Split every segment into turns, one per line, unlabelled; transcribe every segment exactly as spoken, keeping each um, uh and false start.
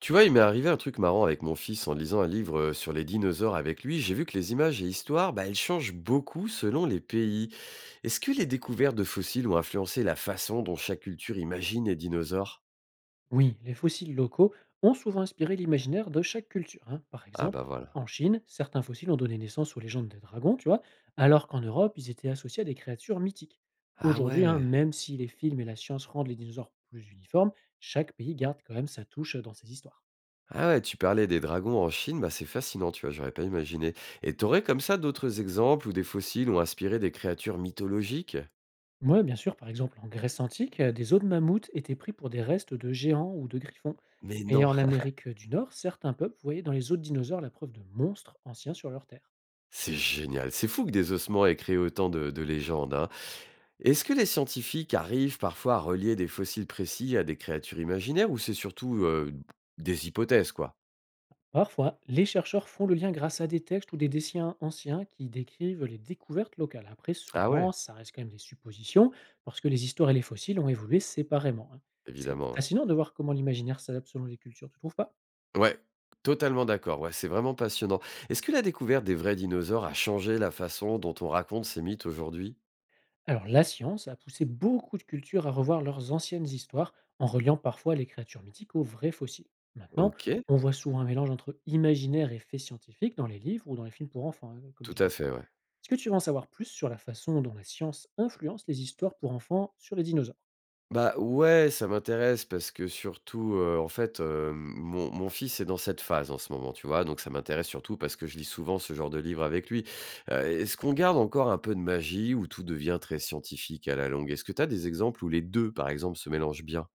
Tu vois, il m'est arrivé un truc marrant avec mon fils en lisant un livre euh, sur les dinosaures avec lui. J'ai vu que les images et histoires, bah, elles changent beaucoup selon les pays. Est-ce que les découvertes de fossiles ont influencé la façon dont chaque culture imagine les dinosaures?
Oui, les fossiles locaux ont souvent inspiré l'imaginaire de chaque culture, hein. Par
Ah
exemple,
bah voilà.
en Chine, certains fossiles ont donné naissance aux légendes des dragons, tu vois, alors qu'en Europe, ils étaient associés à des créatures mythiques.
Ah
Aujourd'hui, hein,
ouais.
même si les films et la science rendent les dinosaures plus uniformes, chaque pays garde quand même sa touche dans ses histoires.
Ah ouais, tu parlais des dragons en Chine, bah c'est fascinant, tu vois, j'aurais pas imaginé. Et t'aurais comme ça d'autres exemples où des fossiles ont inspiré des créatures mythologiques?
Oui, bien sûr, par exemple, en Grèce antique, euh, des os de mammouth étaient pris pour des restes de géants ou de griffons.
Mais
Et
non,
en Amérique du Nord, certains peuples voyaient dans les os de dinosaures la preuve de monstres anciens sur leur terre.
c'est génial. C'est fou que des ossements aient créé autant de, de légendes, hein. Est-ce que les scientifiques arrivent parfois à relier des fossiles précis à des créatures imaginaires ou c'est surtout, heu, des hypothèses, quoi?
Parfois, les chercheurs font le lien grâce à des textes ou des dessins anciens qui décrivent les découvertes locales. Après,
Ah
souvent,
ouais,
ça reste quand même des suppositions parce que les histoires et les fossiles ont évolué séparément, hein. C'est
évidemment, ouais.
fascinant de voir comment l'imaginaire s'adapte selon les cultures, tu trouves pas?
Ouais, totalement d'accord, ouais, c'est vraiment passionnant. Est-ce que la découverte des vrais dinosaures a changé la façon dont on raconte ces mythes aujourd'hui?
Alors, la science a poussé beaucoup de cultures à revoir leurs anciennes histoires en reliant parfois les créatures mythiques aux vrais fossiles. Maintenant,
OK,
on voit souvent un mélange entre imaginaire et faits scientifiques dans les livres ou dans les films pour enfants, hein, comme
tout
tu
à
dis.
fait, ouais.
Est-ce que tu veux en savoir plus sur la façon dont la science influence les histoires pour enfants sur les dinosaures?
Bah, ouais, ça m'intéresse parce que surtout, heu, en fait, hem, mon mon fils est dans cette phase en ce moment, tu vois? Donc ça m'intéresse surtout parce que je lis souvent ce genre de livre avec lui. Heu, est-ce qu'on garde encore un peu de magie ou tout devient très scientifique à la longue? Est-ce que tu as des exemples où les deux, par exemple, se mélangent bien?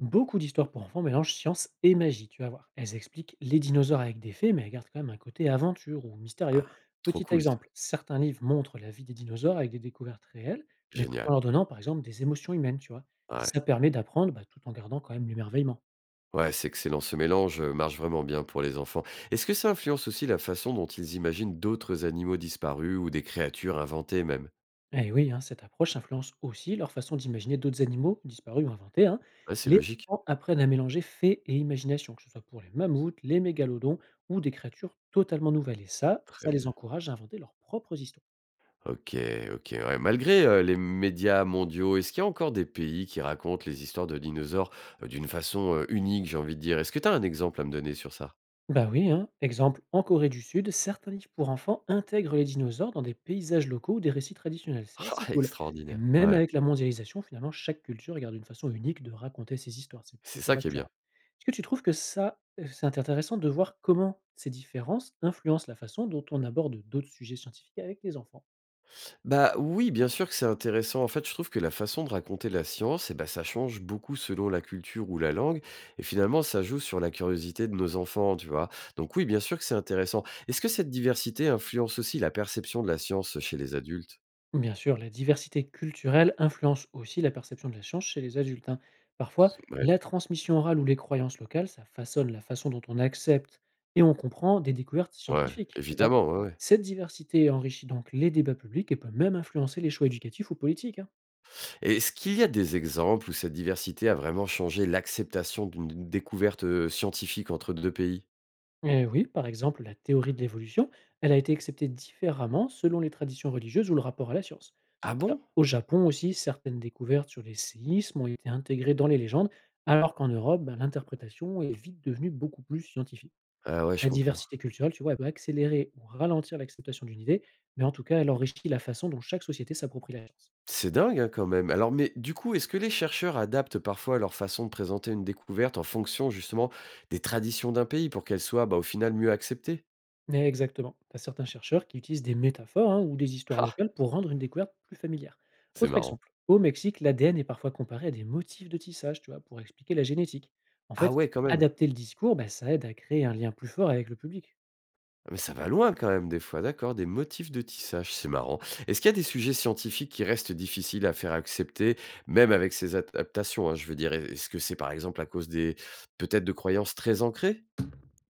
Beaucoup d'histoires pour enfants mélangent science et magie, tu vas voir. Elles expliquent les dinosaures avec des faits, mais elles gardent quand même un côté aventure ou mystérieux.
Ah, trop
Petit
cool ça,
exemple, certains livres montrent la vie des dinosaures avec des découvertes réelles, mais tout
génial.
en leur donnant par exemple des émotions humaines, tu vois.
Ouais,
Ça permet d'apprendre bah, tout en gardant quand même l'émerveillement.
ouais, c'est excellent. Ce mélange, heu, marche vraiment bien pour les enfants. Est-ce que ça influence aussi la façon dont ils imaginent d'autres animaux disparus ou des créatures inventées même?
Eh oui, hein, cette approche influence aussi leur façon d'imaginer d'autres animaux, disparus ou inventés, hein.
Ouais, c'est
Les
logique.
enfants apprennent à mélanger faits et imagination, que ce soit pour les mammouths, les mégalodons ou des créatures totalement nouvelles. Et ça,
Très
ça les
bien.
encourage à inventer leurs propres histoires.
OK, OK, ouais. Malgré, heu, les médias mondiaux, est-ce qu'il y a encore des pays qui racontent les histoires de dinosaures, heu, d'une façon, heu, unique, j'ai envie de dire? Est-ce que tu as un exemple à me donner sur ça?
Bah oui, hein. Exemple, en Corée du Sud, certains livres pour enfants intègrent les dinosaures dans des paysages locaux ou des récits traditionnels. C'est assez
Ah
cool. Et
extraordinaire,
même
ouais,
avec la mondialisation, finalement, chaque culture garde une façon unique de raconter ses histoires. C'est
c'est
plutôt
ça qui est bien.
rassurant. Est-ce que tu trouves que ça, euh, c'est intéressant de voir comment ces différences influencent la façon dont on aborde d'autres sujets scientifiques avec les enfants?
Bah, oui, bien sûr que c'est intéressant. En fait, je trouve que la façon de raconter la science eh ben, ça change beaucoup selon la culture ou la langue et finalement ça joue sur la curiosité de nos enfants, tu vois? Donc oui, bien sûr que c'est intéressant. Est-ce que cette diversité influence aussi la perception de la science, chez les adultes?
Bien sûr, la diversité culturelle influence aussi la perception de la chance chez les adultes, hein. Parfois,
Ouais,
la transmission orale ou les croyances locales, ça façonne la façon dont on accepte et on comprend des découvertes
ouais,
scientifiques, tu vois.
évidemment, ouais, ouais.
Cette diversité enrichit donc les débats publics et peut même influencer les choix éducatifs ou politiques, hein.
Et est-ce qu'il y a des exemples où cette diversité a vraiment changé l'acceptation d'une découverte, heu, scientifique entre deux pays?
Eh oui, par exemple, la théorie de l'évolution, elle a été acceptée différemment selon les traditions religieuses ou le rapport à la science.
Ah
Bah,
bon?
au Japon aussi, certaines découvertes sur les séismes ont été intégrées dans les légendes, alors qu'en Europe, bah, l'interprétation est vite devenue beaucoup plus scientifique.
Ah ouais, je
La
comprends.
diversité culturelle, tu vois, elle peut accélérer ou ralentir l'acceptation d'une idée, mais en tout cas, elle enrichit la façon dont chaque société s'approprie la science.
C'est dingue, hein, quand même. Alors, mais du coup, est-ce que les chercheurs adaptent parfois leur façon de présenter une découverte en fonction, justement, des traditions d'un pays pour qu'elle soit, bah, au final mieux acceptée?
Mais exactement, tu as certains chercheurs qui utilisent des métaphores hein, ou des histoires
Ah!
locales pour rendre une découverte plus familière.
C'est
Autre
marrant.
exemple, au Mexique, l'A D N est parfois comparé à des motifs de tissage, tu vois, pour expliquer la génétique. En
Ah
fait,
ouais, quand même.
adapter le discours, bah, ça aide à créer un lien plus fort avec le public.
Ah mais ça va loin quand même des fois, d'accord, des motifs de tissage, c'est marrant. Est-ce qu'il y a des sujets scientifiques qui restent difficiles à faire accepter, même avec ces adaptations, hein, je veux dire? Est ce que c'est par exemple à cause des peut-être de croyances très ancrées?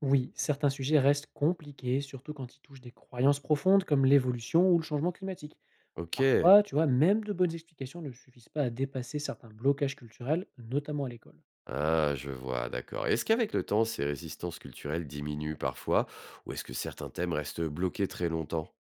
Oui, certains sujets restent compliqués, surtout quand ils touchent des croyances profondes comme l'évolution ou le changement climatique.
OK.
Parfois, tu vois, même de bonnes explications ne suffisent pas à dépasser certains blocages culturels, notamment à l'école.
Ah, je vois, d'accord. Est-ce qu'avec le temps, ces résistances culturelles diminuent parfois, ou est-ce que certains thèmes restent bloqués très longtemps?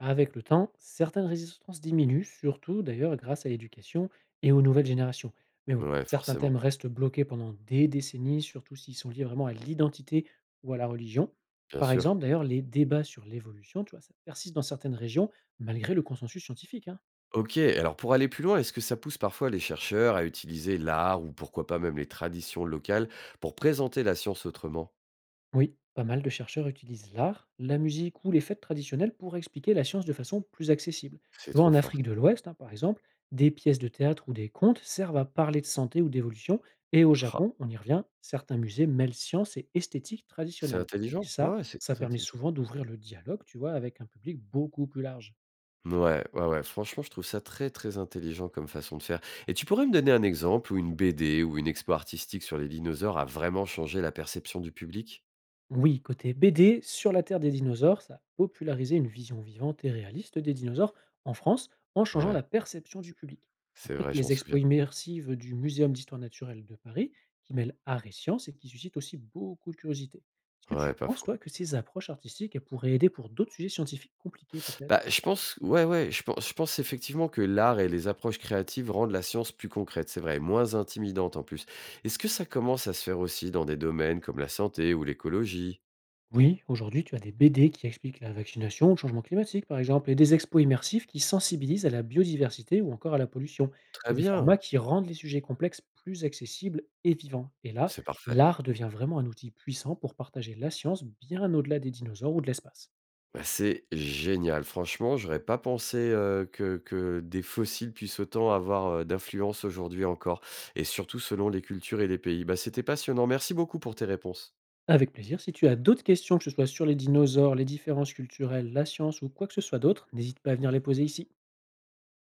Avec le temps, certaines résistances diminuent, surtout d'ailleurs grâce à l'éducation et aux nouvelles générations. Mais bon,
Ouais,
certains
forcément,
thèmes restent bloqués pendant des décennies, surtout s'ils sont liés vraiment à l'identité ou à la religion.
bien
Par
sûr.
exemple, d'ailleurs, les débats sur l'évolution, tu vois, ça persiste dans certaines régions malgré le consensus scientifique, hein.
OK, alors pour aller plus loin, est-ce que ça pousse parfois les chercheurs à utiliser l'art ou pourquoi pas même les traditions locales pour présenter la science autrement?
Oui, pas mal de chercheurs utilisent l'art, la musique ou les fêtes traditionnelles pour expliquer la science de façon plus accessible.
C'est
Tu vois,
trop
en
fort.
Afrique de l'Ouest, hein, par exemple, des pièces de théâtre ou des contes servent à parler de santé ou d'évolution, et au
Ah,
Japon, on y revient, certains musées mêlent science et esthétique
c'est
traditionnelle. Et
intelligent. Ouais,
ça,
ouais, c'est
ça
très
permet
intelligent.
souvent d'ouvrir le dialogue, tu vois, avec un public beaucoup plus large.
Ouais, ouais, ouais. Franchement, je trouve ça très, très intelligent comme façon de faire. Et tu pourrais me donner un exemple où une B D ou une expo artistique sur les dinosaures a vraiment changé la perception du public?
Oui, côté B D, Sur la Terre des dinosaures, ça a popularisé une vision vivante et réaliste des dinosaures en France en changeant
Ouais,
la perception du public.
c'est
Après,
vrai,
t'as
je m'en
les
souviens.
expos immersives du Muséum d'histoire naturelle de Paris, qui mêlent art et science et qui suscitent aussi beaucoup de curiosité. Est-ce que
Ouais,
tu
pas
penses,
faux.
toi, que ces approches artistiques elles pourraient aider pour d'autres sujets scientifiques compliqués, peut-être?
Bah, je pense ouais, ouais, je pense je pense effectivement que l'art et les approches créatives rendent la science plus concrète, c'est vrai, moins intimidante en plus. Est-ce que ça commence à se faire aussi dans des domaines comme la santé ou l'écologie?
Oui, aujourd'hui, tu as des B D qui expliquent la vaccination, le changement climatique, par exemple, et des expos immersifs qui sensibilisent à la biodiversité ou encore à la pollution.
Très
C'est des
bien,
formats qui rendent les sujets complexes plus accessibles et vivants. Et là,
c'est parfait.
l'art devient vraiment un outil puissant pour partager la science bien au-delà des dinosaures ou de l'espace.
Bah, c'est génial, franchement, j'aurais pas pensé, heu, que que des fossiles puissent autant avoir, heu, d'influence aujourd'hui encore et surtout selon les cultures et les pays. Bah, c'était passionnant. Merci beaucoup pour tes réponses.
Avec plaisir, si tu as d'autres questions, que ce soit sur les dinosaures, les différences culturelles, la science ou quoi que ce soit d'autre, n'hésite pas à venir les poser ici.